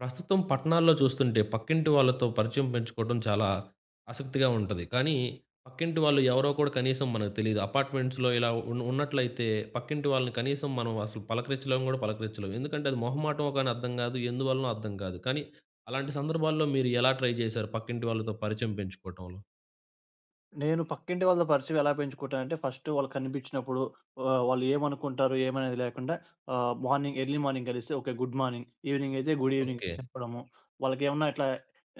ప్రస్తుతం పట్టణాల్లో చూస్తుంటే పక్కింటి వాళ్ళతో పరిచయం పెంచుకోవడం చాలా ఆసక్తిగా ఉంటది. కానీ పక్కింటి వాళ్ళు ఎవరో కూడా కనీసం మనకు తెలీదు. అపార్ట్మెంట్స్‌లో ఇలా ఉన్నట్లయితే పక్కింటి వాళ్ళని కనీసం మనం అసలు పలకరించలేం. ఎందుకంటే అది మొహమాటమో కానీ అర్థం గాదు. ఎందువలనో అర్థం కాదు. కానీ అలాంటి సందర్భాల్లో మీరు ఎలా ట్రై చేశారు పక్కింటి వాళ్ళతో పరిచయం పెంచుకోవటంలో? నేను పక్కింటి వాళ్ళ పరిచయం ఎలా పెంచుకుంటానంటే ఫస్ట్ వాళ్ళు కనిపించినప్పుడు వాళ్ళు ఏమనుకుంటారు ఏమనేది లేకుండా మార్నింగ్ ఎర్లీ మార్నింగ్ కలిసి ఓకే, గుడ్ మార్నింగ్. ఈవినింగ్ అయితే గుడ్ ఈవినింగ్ ఓకే. చెప్పడము. వాళ్ళకేమన్నా ఇట్లా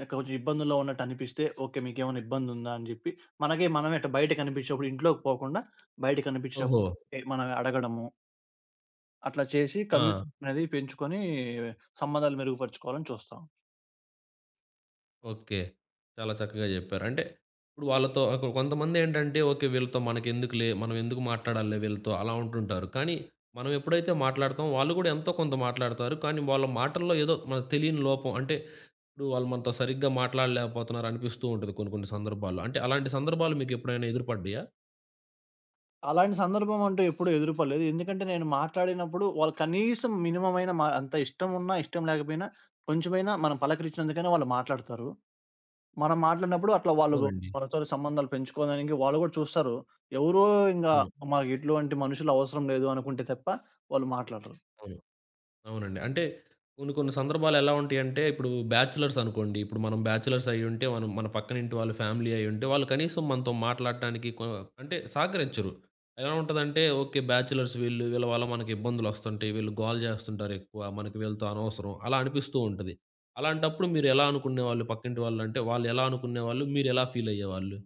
కొంచెం ఇబ్బందుల్లో ఉన్నట్టు అనిపిస్తే ఓకే, మీకేమైనా ఇబ్బందుందా అని జెప్పి మనకి మనమే ఇట్లా బయట కనిపించినప్పుడు ఇంట్లోకి పోకుండా బయట ఓహో! కనిపించినప్పుడు మనం అడగడము. అట్లా చేసి ఆ! కమ్యూనికేషన్ అనేది పెంచుకొని సంబంధాలు మెరుగుపరుచుకోవాలని చూస్తాం. ఓకే. చాలా చక్కగా జెప్పారు. అంటే ఇప్పుడు వాళ్ళతో కొంతమందేంటంటే ఓకే. వీళ్ళతో మనకెందుకులే, మనం ఎందుకు మాట్లాడాలిలే వీళ్ళతో అలా ఉంటుంటారు. కానీ మనం ఎప్పుడైతే మాట్లాడతామో వాళ్ళు గూడా ఎంతో కొంత మాట్లాడతారు. కానీ వాళ్ళ మాటల్లో ఏదో మనకు తెలియని లోపం అంటే ఇప్పుడు వాళ్ళు మనతో సరిగ్గా మాట్లాడలేకపోతున్నారు అనిపిస్తూ ఉంటది కొన్ని కొన్ని సందర్భాల్లో. అంటే అలాంటి సందర్భాలు మీకెప్పుడైనా ఎదురుపడ్డాయా? అలాంటి సందర్భం అంటూ ఎప్పుడు ఎదురుపడలేదు. ఎందుకంటే నేను మాట్లాడినప్పుడు వాళ్ళు కనీసం మినిమమ్ అయినా మా అంత ఇష్టం ఉన్నా, ఇష్టం లేకపోయినా కొంచెమైనా మనం పలకరించినందుకైనా వాళ్ళు మాట్లాడతారు. మనం మాట్లాడినప్పుడు అట్లా వాళ్ళు అవునండి. మనతోని సంబంధాలు పెంచుకోవడానికి వాళ్ళు కూడా చూస్తారు. ఎవరో ఇంగా అవును. మాకు ఇటువంటి మనుషులు అవసరం లేదు అనుకుంటే తప్ప వాళ్ళు మాట్లాడరు. అవును. అవునండి. అంటే కొన్ని కొన్ని సందర్భాలు ఎలా ఉంటాయంటే, ఇప్పుడు బ్యాచిలర్స్ అనుకోండి. ఇప్పుడు మనం బ్యాచిలర్స్ అయ్యుంటే, మనం మన పక్కనింటి వాళ్ళు ఫ్యామిలీ అయ్యుంటే, వాళ్ళు కనీసం మనతో మాట్లాడటానికి అంటే సహకరించరు. ఎలా ఉంటదంటే, ఓకే. బ్యాచిలర్స్ వీళ్ళు. వీళ్ళ వల్ల మనకి ఇబ్బందులొస్తుంటాయి. వీళ్ళు గోల చేస్తుంటారెక్కువ. మనకి వీళ్ళతో అనవసరం. అలా అనిపిస్తూ ఉంటది. అలాంటప్పుడు మీరు ఎలా అనుకునేవాళ్ళు పక్కింటి వాళ్ళంటే, వాళ్ళు ఎలా అనుకునేవాళ్ళు? మీరెలా ఫీలయ్యేవాళ్ళు?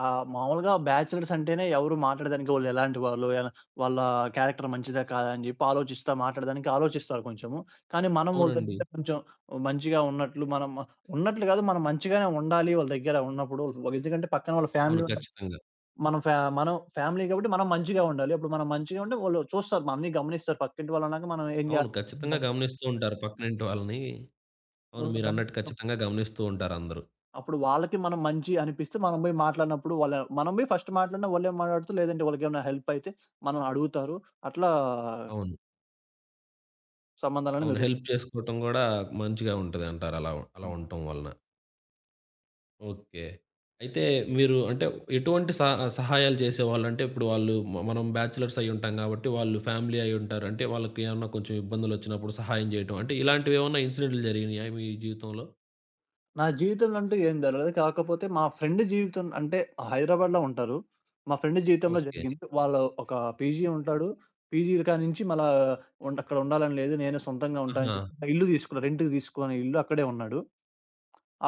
ఆ! మామూలుగా బ్యాచలర్స్ అంటేనే ఎవరు మాట్లాడడానికి వాళ్ళు ఎలాంటి వాళ్ళు, ఎలా వాళ్ళ క్యారెక్టర్ మంచిదా కాదా అని చెప్పి ఆలోచిస్తా మాట్లాడడానికి ఆలోచిస్తారు కొంచెము. కానీ మనం వాళ్ళ అవునండి. దగ్గర కొంచెం మంచిగా ఉన్నట్లు మనం ఉన్నట్లు కాదు, మనం మంచిగానే ఉండాలి వాళ్ళ దగ్గర ఉన్నప్పుడు. ఎందుకంటే పక్కన వాళ్ళ అవును. ఫ్యామిలీ ఖచ్చితంగా. మనం ఫ్యామిలీ కాబట్టి మనం మంచిగా ఉండాలి. అప్పుడు మనం మంచిగా ఉంటే వాళ్ళు చూస్తారు, మనల్ని గమనిస్తారు. పక్కింటి వాళ్ళన్నాక మనం ఏం అవును. ఖచ్చితంగా చేస్తున్నాం గమనిస్తూ ఉంటారు పక్కనింటి వాళ్ళని. అవును. మీరన్నట్టు ఖచ్చితంగా గమనిస్తూ ఉంటారందరూ. అప్పుడు వాళ్ళకి మనం మంచి అనిపిస్తే మనం పోయి మాట్లాడినప్పుడు వాళ్ళ మనం పోయి ఫస్ట్ మాట్లాడినా వాళ్ళేం మాట్లాడతారు. లేదంటే వాళ్ళకేమైనా హెల్ప్ అయితే మనం అడుగుతారు. అట్లా అవును. సంబంధాలను అవును. హెల్ప్ మెరుగుపరుచుకుంటాం. చేసుకోవటం గూడా మంచిగా ఉంటదంటారు. అలా అలా ఉండటం వలన. ఓకే. అయితే మీరు అంటే ఎటువంటి సహాయాలు చేసేవాళ్ళంటే ఇప్పుడు వాళ్ళు మనం బ్యాచిలర్స్ అయ్యుంటాం గాబట్టి వాళ్ళు ఫ్యామిలీ అయ్యుంటారు. అంటే వాళ్ళకేమన్నా కొంచెం ఇబ్బందులొచ్చినప్పుడు సహాయం జేయటం అంటే ఇలాంటివేమన్నా ఇన్సిడెంట్లు జరిగినాయా మీ జీవితంలో? నా జీవితంలో అంటూ ఏం జరగలేదు. కాకపోతే మా ఫ్రెండ్ జీవితం అంటే హైదరాబాద్‌లో ఉంటారు. మా ఫ్రెండ్ జీవితంలో ఓకే. జరిగింది. వాళ్ళ ఒక పీజీ ఉంటాడు. పీజీ కానించి మళ్ళా అక్కడ ఉండాలని లేదు. నేనే సొంతంగా ఉంటా అని ఆహా! చెప్పి ఇల్లు తీసుకున్నా. రెంట్‌కి తీసుకొని ఇల్లు అక్కడే ఉన్నాడు.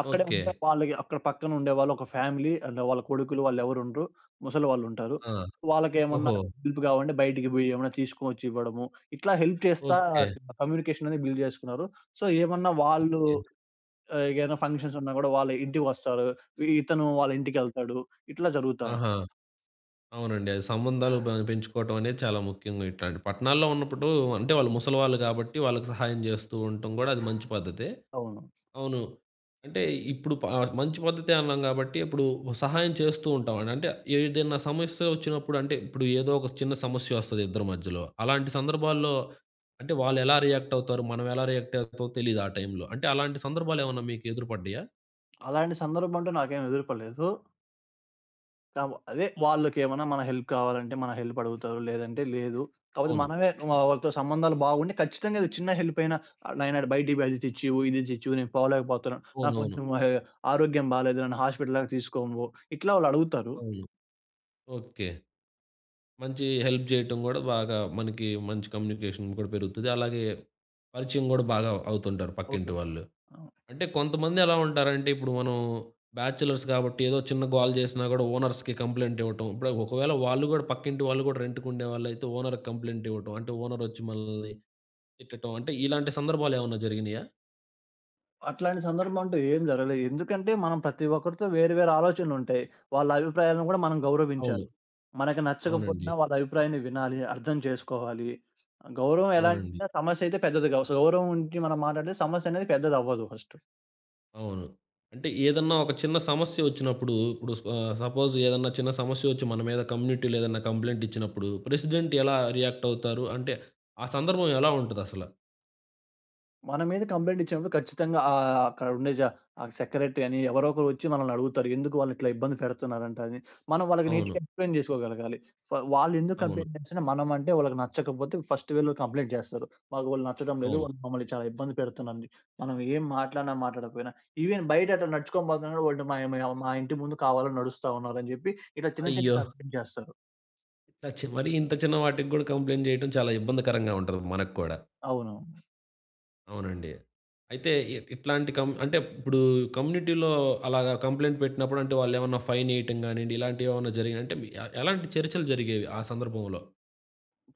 అక్కడే ఓకే. ఉంటే వాళ్ళకి అక్కడ పక్కన ఉండేవాళ్ళు ఒక ఫ్యామిలీ అండ్ వాళ్ళ కొడుకులు వాళ్ళెవరుండరు. ముసలి వాళ్ళుంటారు. ఆ! వాళ్ళకేమన్నా ఓహో! హెల్ప్ కావాలంటే బయటికి పోయి ఏమన్నా తీసుకొచ్చి ఇవ్వడము. ఇట్లా హెల్ప్ చేస్తా ఓకే. కమ్యూనికేషన్ అనేది బిల్డ్ చేసుకున్నారు. సో, ఏమన్నా వాళ్ళు ఓకే. ఏదైనా ఫంక్షన్స్ ఉన్నా కూడా వాళ్ళ ఇంటికొస్తారు. ఇతను వాళ్ళ ఇంటికెళ్తాడు. ఇట్లా జరుగుతా ఉంది. ఆహా! అవునండి. అది సంబంధాలు పెంచుకోవటం అనేది చాలా ముఖ్యంగా ఇట్లాంటి పట్టణాల్లో ఉన్నప్పుడు అంటే వాళ్ళు ముసలివాళ్ళు కాబట్టి వాళ్ళకి సహాయం జేస్తూ ఉండటం గూడా అది మంచి పద్ధతే. అవును. అవును. అంటే ఇప్పుడు మంచి పద్ధతే అన్నాం గాబట్టి ఇప్పుడు సహాయం చేస్తూ ఉంటామండి. అంటే ఏదైనా సమస్య వచ్చినప్పుడు అంటే ఇప్పుడు ఏదో ఒక చిన్న సమస్య వస్తది ఇద్దరి మధ్యలో. అలాంటి సందర్భాల్లో అంటే వాళ్ళెలా రియాక్ట్ అవుతారు? మనం ఎలా రియాక్ట్ అవుతామో తెలీదు ఆ టైంలో. అంటే అలాంటి సందర్భాలేమన్నా మీకు ఎదురుపడ్డాయా? అలాంటి సందర్భం అంటూ నాకేం ఎదురుపడలేదు. అదే వాళ్ళకేమన్నా మన హెల్ప్ కావాలంటే మన హెల్ప్ అడుగుతారు. లేదంటే లేదు. కాపోతే అవును. మనమే వాళ్ళతో సంబంధాలు బాగుండి ఖచ్చితంగా ఇది చిన్న హెల్ప్ అయినా నాయనా బయటివి అది తెచ్చివు, ఇది తెచ్చివు, నేను పోలేకపోతున్నాను. నాకు అవునవును. కొంచెం ఆరోగ్యం బాలేదు. నన్ను హాస్పిటల్ దాకా తీసుకోనువ్వు. ఇట్లా వాళ్ళు అడుగుతారు. అవును. అవును ఓకే. మంచి హెల్ప్ జేయటం గూడా బాగా మనకి మంచి కమ్యూనికేషన్ కూడా పెరుగుతది. అలాగే పరిచయం గూడా బాగా అవుతుంటారు పక్కింటి అవుతుంది. వాళ్ళు. ఆ! అంటే కొంతమంది ఎలా ఉంటారంటే, ఇప్పుడు మనం బ్యాచిలర్స్ కాబట్టి ఏదో చిన్న గోల జేసినా గూడా ఓనర్స్‌కి కంప్లెయింట్ ఇవ్వటం. ఇప్పుడు ఒకవేళ వాళ్ళు గూడా పక్కింటి వాళ్ళు గూడా రెంట్‌కుండేవాళ్ళైతే ఓనర్‌కి కంప్లెయింట్ ఇవ్వటం. అంటే ఓనర్ ఒచ్చి మనల్ని తిట్టటం. అంటే ఇలాంటి సందర్భాలేమన్నా జరిగినియా? అట్లాంటి సందర్భం అంటూ ఏం జరగలేదు. ఎందుకంటే మనం ప్రతి ఒక్కరితో వేరు వేరు ఆలోచనలుంటాయి. వాళ్ళ అభిప్రాయాలను గూడా మనం గౌరవించాలి. అవును. మనకు నచ్చకపోయినా అవునండి. వాళ్ళ అభిప్రాయాన్ని వినాలి, అర్థం చేసుకోవాలి. గౌరవం అవునండి. ఎలాంటిదంటే సమస్య అయితే పెద్దది కావు. సో, గౌరవం ఉంచి మనం మాట్లాడితే సమస్య అనేది పెద్దదవ్వదు ఫస్ట్. అవును. అంటే ఏదన్నా ఒక చిన్న సమస్య వచ్చినప్పుడు, ఇప్పుడు సపోజ్ ఏదన్నా చిన్న సమస్య వచ్చి మన మీద కమ్యూనిటీలో ఏదన్నా కంప్లెయింట్ ఇచ్చినప్పుడు, ప్రెసిడెంట్ ఎలా రియాక్ట్ అవుతారు? అంటే ఆ సందర్భం ఎలా ఉంటదసల? మన మీద కంప్లెయింట్ ఇచ్చినప్పుడు ఖచ్చితంగా అక్కడ ఉండే ఆ సెక్రటరీ అని ఎవరో ఒకరు వచ్చి మనల్ని అడుగుతారు. ఎందుకు వాళ్ళు ఇట్లా ఇబ్బంది పెడుతున్నారంట అని. మనం వాళ్ళకి అవును. నీట్‌గా ఎక్స్‌ప్లెయిన్ చేసుకోగలగాలి. వాళ్ళు ఎందుకు అవును. కంప్లెయింట్ చేసినా మనం అంటే వాళ్ళకి నచ్చకపోతే ఫస్ట్ వీళ్ళు కంప్లెయింట్ చేస్తారు. మాకు వాళ్ళు నచ్చడం లేదు, అవును. వాళ్ళు మమ్మల్ని చాలా ఇబ్బంది పెడుతున్నారని. మనం ఏం మాట్లాడినా మాట్లాడకపోయినా ఈవెన్ బయట అట్లా నడుచుకొని పోతున్నప్పుడు వాళ్ళు మా మా మా ఇంటి ముందు కావాలని నడుస్తా ఉన్నారని చెప్పి ఇట్లా చిన్న చిన్న అయ్యో! కంప్లెయింట్ చేస్తారు. ఇట్లా చి మరి ఇంత చిన్న వాటికి గూడా కంప్లెయింట్ చేయటం చాలా ఇబ్బందికరంగా ఉంటది మనకు కూడా. అవును. అవునండి. అయితే ఇట్లాంటి అంటే ఇప్పుడు కమ్యూనిటీలో అలాగా కంప్లెయింట్ పెట్టినప్పుడు అంటే వాళ్ళేమన్నా ఫైన్ ఎయటం గానియండి, ఇలాంటివేమన్నా జరిగినాయి అంటే మీ ఎలాంటి చర్చలు జరిగేవి ఆ సందర్భంలో?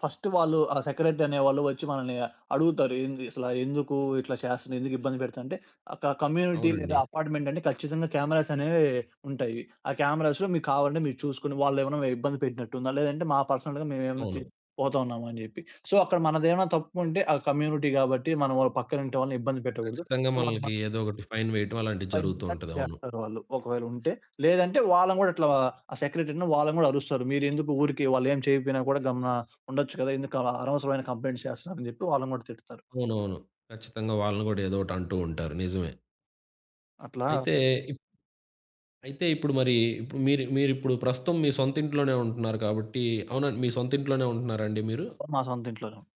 ఫస్ట్ వాళ్ళు ఆ సెక్రటరీ అనేవాళ్ళు వచ్చి మనల్ని అడుగుతారు. ఏంది అసల, ఎందుకు ఇట్లా చేస్తున్నారు? ఎందుకు ఇబ్బంది పెడుతున్నారు? అంటే ఒక కమ్యూనిటీ లేదా అవునండి. అపార్ట్‌మెంట్ అంటే ఖచ్చితంగా కెమెరాస్ అనేవి ఉంటాయి. ఆ కెమెరాస్‌లో మీకు కావాలంటే మీరు చూసుకొని, వాళ్ళేమైనా ఇబ్బంది పెట్టినట్టుందా? లేదంటే మా పర్సనల్‌గా మేమేమైనా అవును. పోతా ఉన్నామా అని జెప్పి. సో, అక్కడ మనదేమైనా తప్పు ఉంటే ఆ కమ్యూనిటీ గాబట్టి మనం వాళ్ళ పక్కన ఇంటి వాళ్ళని ఇబ్బంది పెట్టకూడదు. ఖచ్చితంగా సో మనలకి ఏదో ఒకటి ఫైన్ వేయటం అలాంటివి జరుగుతూ ఫైనల్ ఉంటది. అవును. చేస్తారు వాళ్ళు, ఒకవేళ ఉంటే. లేదంటే వాళ్ళని గూడా ఇట్లా ఆ సెక్రటరీని వాళ్ళని గూడా అరుస్తారు. మీరెందుకు ఊరికే వాళ్ళేం చేయకపోయినా కూడా గమ్మున ఉండొచ్చు కదా! ఎందుకు అలా అనవసరమైన కంప్లెయింట్స్ చేస్తున్నారని జెప్పి వాళ్ళని గూడా తిడతారు. అవునవును. ఖచ్చితంగా వాళ్ళని గూడా ఏదో ఒకటి అంటూ ఉంటారు. నిజమే. అట్లా అయితే ఇప్ అయితే ఇప్పుడు మరి ఇప్పుడు మీరిప్పుడు ప్రస్తుతం మీ సొంత ఇంట్లోనే ఉంటున్నారు కాబట్టి అవునండి. మీ సొంత ఇంట్లోనే ఉంటున్నారండి మీరు? మా సొంత ఇంట్లోనే ఉంది.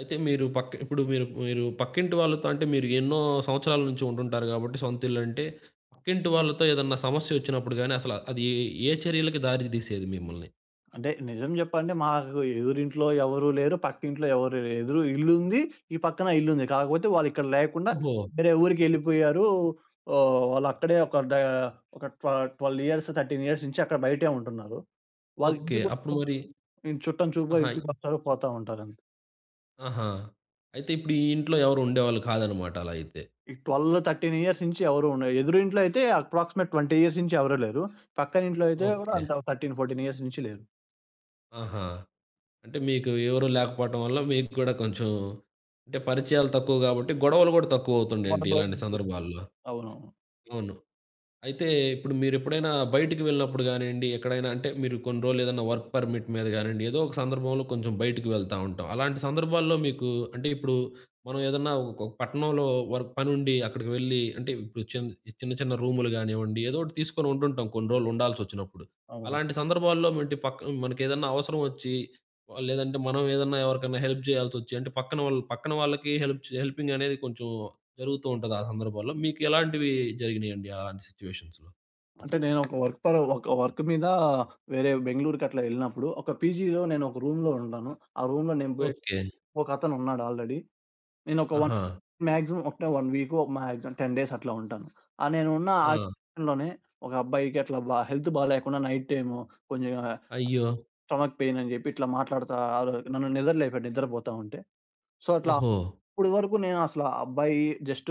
అయితే మీరు ఇప్పుడు మీరు మీరు పక్కింటి వాళ్ళతో అంటే మీరు ఎన్నో సంవత్సరాల నుంచి ఉంటుంటారు కాబట్టి సొంత ఇల్లంటే, పక్కింటి వాళ్ళతో ఏదన్నా సమస్య వచ్చినప్పుడు గాని అసల అది ఏ చర్యలకి దారి తీసేది మిమ్మల్ని? అంటే నిజం జెప్పాలంటే మాకు ఎదురింట్లో ఎవరు లేరు, పక్కింట్లో ఎవరు లేరు. ఎదురు ఇల్లుంది, ఈ పక్కన ఇల్లుంది. కాకపోతే వాళ్ళిక్కడ లేకుండా ఓహో! వేరే ఊరికెళ్ళిపోయారు. వాళ్ళక్కడే ఒక ట్వ 12 ఇయర్స్, 13 ఇయర్స్ నుంచి అక్కడ బయటే ఉంటున్నారు. ఓకే. అప్పుడు వాళ్ళింటికొచ్చిన మరి ఇంక చుట్టం చూపుగా ఆహా! ఇంటికొస్తారు పోతా ఉంటారంతే. ఆహా! అయితే ఇప్పుడు ఈ ఇంట్లో ఎవరు ఉండేవాళ్ళు కాదనమాట అలా అయితే. ఈ 12, 13 ఇయర్స్ నుంచి ఎవరు ఉండ, ఎదురింట్లో అయితే అప్రాక్సిమేట్ 20 ఇయర్స్ నుంచి ఎవరు లేరు. పక్కనింట్లో అయితే గూడా ఓకే. అంత 13, 14 ఇయర్స్ నుంచి లేరు. ఆహా! అంటే మీకు ఎవరు లేకపోవటం వల్ల మీకు కూడా కొంచెం అంటే పరిచయాలు తక్కువ గాబట్టి గొడవలు గూడా తక్కువవుతుండేంటి ఇలాంటి సందర్భాల్లో. అవునవును. అవును. అయితే ఇప్పుడు మీరెప్పుడైనా బయటికి వెళ్ళినప్పుడు గానియండి, ఎక్కడైనా అంటే మీరు కొన్ని రోజులేదన్నా వర్క్ పర్మిట్ మీద గానియండి, ఏదో ఒక సందర్భంలో కొంచెం బయటికి వెళ్తా ఉంటాం. అలాంటి సందర్భాల్లో మీకు అంటే ఇప్పుడు మనం ఏదన్నా ఒక ఒక పట్టణంలో వర్క్ పనుండి అక్కడికి వెళ్ళి అంటే ఇప్పుడు చిన్న చిన్న రూములు గానివ్వండి, ఏదో ఒకటి తీసుకొని ఉంటుంటాం కొన్ని రోజులు ఉండాల్సొచ్చినప్పుడు. అవును. అలాంటి సందర్భాల్లో మంటి పక్క మనకేదన్నా అవసరం ఒచ్చి ఆహ్, లేదంటే మనం ఏదన్నా ఎవరికన్నా హెల్ప్ జేయాల్సొచ్చి అంటే పక్కన వాళ్ళకి హెల్ప్ చే హెల్పింగ్ అనేది కొంచెం జరుగుతూ ఉంటది ఆ సందర్భాల్లో. మీకు ఎలాంటివి జరిగినియండి అలాంటి సిట్యుయేషన్స్‌లో? అంటే నేను ఒక వర్క్ మీద వేరే బెంగుళూరుకి అట్లా ఎళ్ళినప్పుడు ఒక పీజీలో నేను ఒక రూమ్‌లో ఉంటాను. ఆ రూమ్‌లో నేను పోయి ఓకే. ఒకతను ఉన్నాడు ఆల్రెడీ. నేను ఒక 1 ఆహా! మాక్సిమం ఒక 1 వీకో మాక్సిమం 10 డేస్ అట్లా ఉంటాను. ఆ నేను ఉన్న ఆ ఆ! లోనే ఒక అబ్బాయికి అట్లా హెల్త్ బాలేకుండా నైట్ టైము కొంచెం అయ్యో! స్టమక్ పెయిన్ అని జెప్పి ఇట్లా మాట్లాడుతా ఆరో నన్ను నిద్రలేపాడు నిద్రపోతా ఉంటే. సో, అట్లా ఓహో! అప్పటి వరకు నేను అసల ఆ అబ్బాయి జస్ట్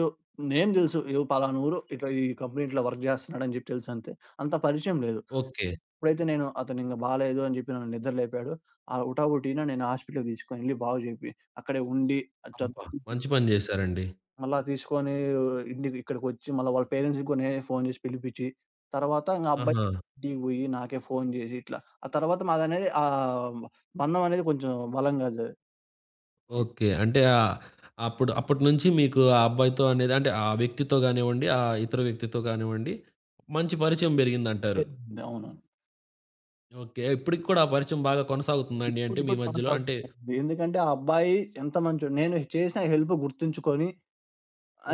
నేమ్ దెలుసు. "ఏ పలానా ఊరు ఇట్లా ఈ కంపెనీ ఇట్లా వర్క్ జేస్తున్నాడని" జెప్పి తెలుసంతే. అంత పరిచయం లేదు. ఓకే. ఎప్పుడైతే నేను అతను ఇంగ బాలేదు అని జెప్పి నన్ను నిద్రలేపాడు. ఆ హుటాహుటిన నేను హాస్పిటల్‌కి తీసుకొనెళ్లి బాగు జేపి అక్కడే ఉండి అబ్బా! మంచి పని జేశారండి. మళ్ళా తీసుకొని ఇంటికి ఇక్కడికొచ్చి మళ్ళా వాళ్ళ పేరెంట్స్‌కి కూడా నేనే ఫోను చేసి పిలిపిచ్చి, తర్వాత ఇంగ అబ్బాయి ఆహా! ఇంటికి పోయి నాకే ఫోను చేసి ఇట్లా. ఆ తర్వాత మాదనేది బంధం అనేది కొంచెం బలంగా ఓకే. అంటే ఆహ్, అప్పటినుంచి మీకు ఆ అబ్బాయితో అనేది అంటే ఆ వ్యక్తితో గానివ్వండి, ఆ ఇతర వ్యక్తితో గానివ్వండి మంచి పరిచయం బెరిగిందంటారు. పెరిగింది. అవును. ఓకే. ఇప్పటికి కూడా ఆ పరిచయం బాగా కొనసాగుతుందా అండి? ఇప్పుడు అంటే మీ కూడా మధ్యలో అంటే కొనసాగుతున్నాయండి. ఎందుకంటే ఆ అబ్బాయి ఎంత మంచోడు. నేను చేసిన హెల్ప్ గుర్తుంచుకొని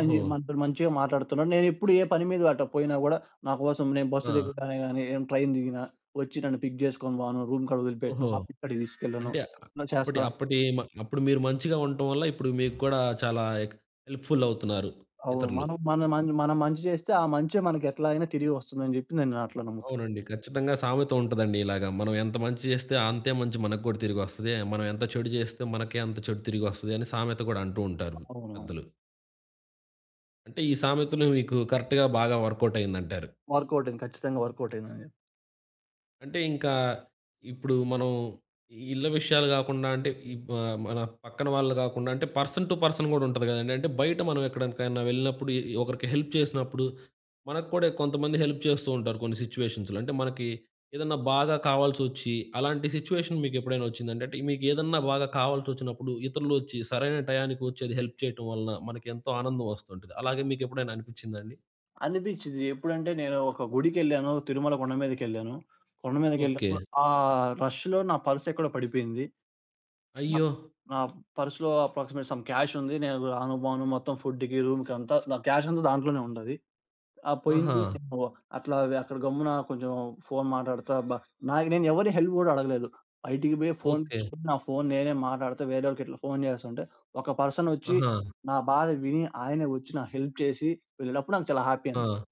ఓహో! మనతో మంచిగా మాట్లాడుతున్నాడు. నేనెప్పుడు ఏ పని మీద అట పోయినా గూడా నా కోసం నేను బస్సు ఆ! దిగగానే గాని, నేను ట్రైన్ దిగినా వచ్చి నన్ను పిక్ చేసుకొని పోను, రూమ్ కాడ వదిలిపెట్టను, ఓహో! ఆఫీస్ కాడికి తీసుకెళ్ళను. అంటే ఇలా అప్పటి చేస్తా అప్పటి అప్పుడు మీరు మంచిగా ఉండటం వల్ల ఇప్పుడు మీకు కూడా చాలా హెల్ప్‌ఫుల్ అవుతున్నారు అవును. ఇతరులు. మనం మన మం మనం మంచి చేస్తే, ఆ మంచే మనకెట్లా అయినా తిరిగి వస్తుందని జెప్పి నేను అట్లా నమ్ముతాను. అవునండి. ఖచ్చితంగా సామెత ఉంటదండి ఇలాగ. మనం ఎంత మంచి చేస్తే అంతే మంచి మనకు కూడా తిరిగొస్తది. మనం ఎంత చెడు చేస్తే మనకే అంత చెడు తిరిగొస్తది అని సామెత కూడా అంటూ ఉంటారు అవునవును. పెద్దలు. అంటే ఈ సామెతలు మీకు కరెక్ట్‌గా బాగా వర్కౌట్ అయిందంటారు. వర్కౌట్ అయింది. ఖచ్చితంగా వర్కౌట్ అయిందని జెప్పి. అంటే ఇంకా ఇప్పుడు మనం ఈ ఇళ్ళ విషయాలు గాకుండా అంటే ఈ బ మన పక్కన వాళ్ళు గాకుండా అంటే పర్సన్ టు పర్సన్ గూడా ఉంటది గదండీ. అంటే బయట మనం ఎక్కడికైనా వెళ్ళినప్పుడు ఈ ఒకరికి హెల్ప్ చేసినప్పుడు మనకు కూడా కొంతమంది హెల్ప్ చేస్తూ ఉంటారు కొన్ని సిట్యుయేషన్స్‌లో. అంటే మనకి ఏదన్నా బాగా కావాల్సొచ్చి అలాంటి సిట్యుయేషన్ మీకెప్పుడైనా ఒచ్చిందండి? అంటే మీకు ఏదన్నా బాగా కావాల్సొచ్చినప్పుడు ఇతరులు ఒచ్చి సరైన టయానికి ఒచ్చి అది హెల్ప్ చేయటం వలన మనకి ఎంతో ఆనందం వస్తుంటది. అలాగే మీకెప్పుడైనా అనిపిచ్చిందా అండి? అనిపించింది. ఎప్పుడంటే నేను ఒక గుడికెళ్ళాను. తిరుమల కొండ మీదకెళ్ళాను. కొండ ఓకే. మీదకెళ్ళినప్పుడు ఆ రష్‌లో నా పర్స్ ఎక్కడో పడిపోయింది. నా అయ్యో! నా పర్స్‌లో అప్రాక్సిమేట్ సమ్ క్యాష్ ఉంది. నేను రాను, బాను మొత్తం ఫుడ్‌కి, రూమ్‌కి అంతా నా క్యాష్ అంతా దాంట్లోనే ఉండాది. ఆ! ఆహా! పోయింది నేను అట్లా అక్కడ గమ్మున కొంచెం ఫోను మాట్లాడుతా నాకు నేను ఎవరి హెల్ప్ గూడా అడగలేదు. బయటికి పోయి ఫోను ఓకే. తీసుకొని నా ఫోను నేనే మాట్లాడుతా వేరేళ్ళకి ఇట్లా ఫోను చేస్తుంటే ఒక పర్సనొచ్చి ఆహా! నా బాధ విని ఆయనే వచ్చి నాకు హెల్ప్ చేసి వెళ్ళినప్పుడు నాకు చాలా హ్యాపీ అనిపించింది. ఆ!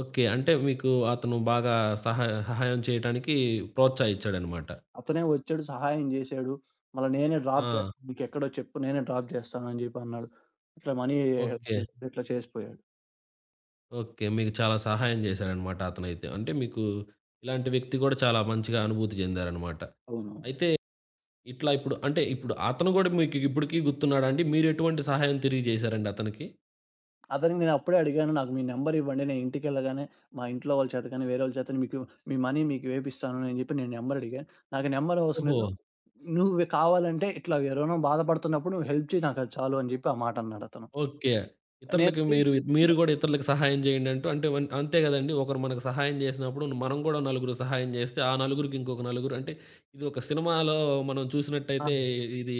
ఓకే. అంటే మీకు అతను బాగా సహా సహాయం చేయటానికి ప్రోత్సహిచ్చాడనమాట. అతనే వచ్చాడు, సహాయం జేశాడు. మళ్ళా నేనే డ్రాప్ ఆ! చేస్తాను, నీకెక్కడో చెప్పు, నేనే డ్రాప్ జేస్తాను అని జెప్పి అన్నాడు. ఇట్లా మనీ హెల్ప్ ఓకే. చేసి ఇట్లా చేసిపోయాడు. ఓకే. మీకు చాలా సహాయం చేశాడనమాట అతనైతే. అంటే మీకు ఇలాంటి వ్యక్తి గూడా చాలా మంచిగా అనుభూతి చెందారనమాట. అవును. అయితే ఇట్లా ఇప్పుడు అంటే ఇప్పుడు అతను గూడా మీకు ఇప్పటికి గుర్తున్నాడా అండి? మీరెటువంటి సహాయం తిరిగి చేశారండి అతనికి? అతనికి నేనప్పుడే అడిగాను. నాకు మీ నంబర్ ఇవ్వండి. నేను ఇంటికెళ్ళగానే మా ఇంట్లో వాళ్ళ చేత గాని, వేరే వాళ్ళ చేత మీకు మీ మనీ మీకు వేపిస్తాను అని చెప్పి నేను నంబర్ అడిగాను. నాకు నంబర్ అవసరం ఓహో! లేదు, నువ్వు కావాలంటే ఇట్లా ఎవరైనా బాధపడుతున్నప్పుడు నువ్వు హెల్ప్ చెయ్యి, నాకది చాలు అని చెప్పి ఆ మాటన్నాడతను. ఓకే. నేను ఇతరులకి మీరు మీరు గూడా ఇతరులకి సహాయం జేయండంటూ అంటే వన్ అంతే గదండీ. ఒకరు మనకు సహాయం జేసినప్పుడు మనం గూడా నలుగురు సహాయం జేస్తే, ఆ నలుగురికి ఇంకొక నలుగురు అంటే ఇది ఒక సినిమాలో మనం ఆ! చూసినట్టయితే ఇది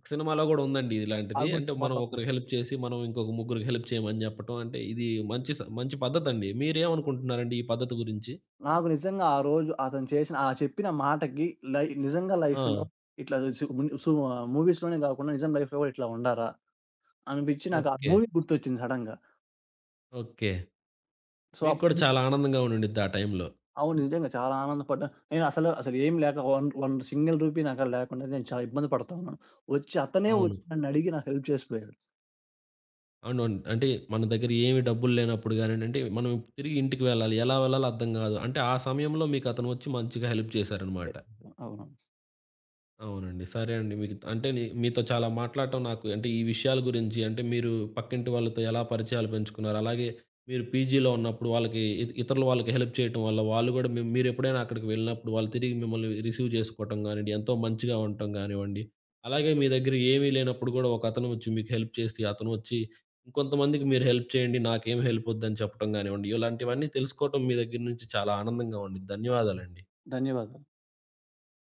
ఒక సినిమాలో గూడా ఉందండి ఇలాంటిది. ఆల్మోస్ట్ అంటే మనం ఒకరికి హెల్ప్ చేసి, మనం ఇంకొక ముగ్గురికి హెల్ప్ చేయమని జెప్పటం. అంటే ఇది మంచి పద్ధతండి. మీరేమనుకుంటున్నారండి ఈ పద్ధతి గురించి? నాకు నిజంగా ఆ రోజు అతను చేసిన ఆ చెప్పిన మాటకి నిజంగా ఆ! లైఫ్‌లో ఇట్లా సు సు మూవీస్‌లోనే కాకుండా నిజం లైఫ్‌లో కూడా ఇట్లా ఉండారా అనిపిచ్చి నాకు ఆ ఓకే. మూవీ గుర్తొచ్చింది సడెన్‌గా. ఓకే. సో మీకు కూడా చాలా ఆనందంగా ఉండుండిద్ది ఆ టైంలో. అవును. నిజంగా చాలా ఆనందపడ్డాను. నేనసలు, అసలేం లేక వన్ వన్ సింగిల్ రూపీ నాకాడ లేకుండా నేను చాలా ఇబ్బంది పడతా ఉన్నాను. వచ్చి అతనే అవును. వచ్చి నన్నడిగి నాకు హెల్ప్ చేసిపోయాడు. అవునవును. అంటే మన దగ్గర ఏమి డబ్బులు లేనప్పుడు గానియండి, మనం తిరిగి ఇంటికి వెళ్ళాలి. ఎలా వెళ్ళాలో అర్థం గాదు. అంటే ఆ సమయంలో మీకు అతను వచ్చి మంచిగా హెల్ప్ చేశారనమాట. అవును. అవునండి. సరే అండి. మీకు అంటే మీతో చాలా మాట్లాడటం నాకు అంటే ఈ విషయాల గురించి అంటే మీరు పక్కింటి వాళ్ళతో ఎలా పరిచయాలు పెంచుకున్నారు? అలాగే మీరు పీజీలో ఉన్నప్పుడు వాళ్ళకి ఇతరుల వాళ్ళకి హెల్ప్ చేయటం వల్ల వాళ్ళు గూడా మీరెప్పుడైనా అక్కడికి వెళ్ళినప్పుడు వాళ్ళు తిరిగి మిమ్మల్ని రిసీవ్ చేసుకోవటం గానియండి, ఎంతో మంచిగా ఉండటం గానివ్వండి. అలాగే మీ దగ్గర ఏమీ లేనప్పుడు గూడా ఒకతను వచ్చి మీకు హెల్ప్ చేసి అతను వచ్చి ఇంకొంతమందికి మీరు హెల్ప్ చేయండి. నాకేం హెల్ప్ వద్దని చెప్పటం గానివ్వండి. ఇలాంటివన్నీ తెలుసుకోవటం మీ దగ్గర నుంచి చాలా ఆనందంగా ఉండిద్ది. ధన్యవాదాలండి. ధన్యవాదాలు.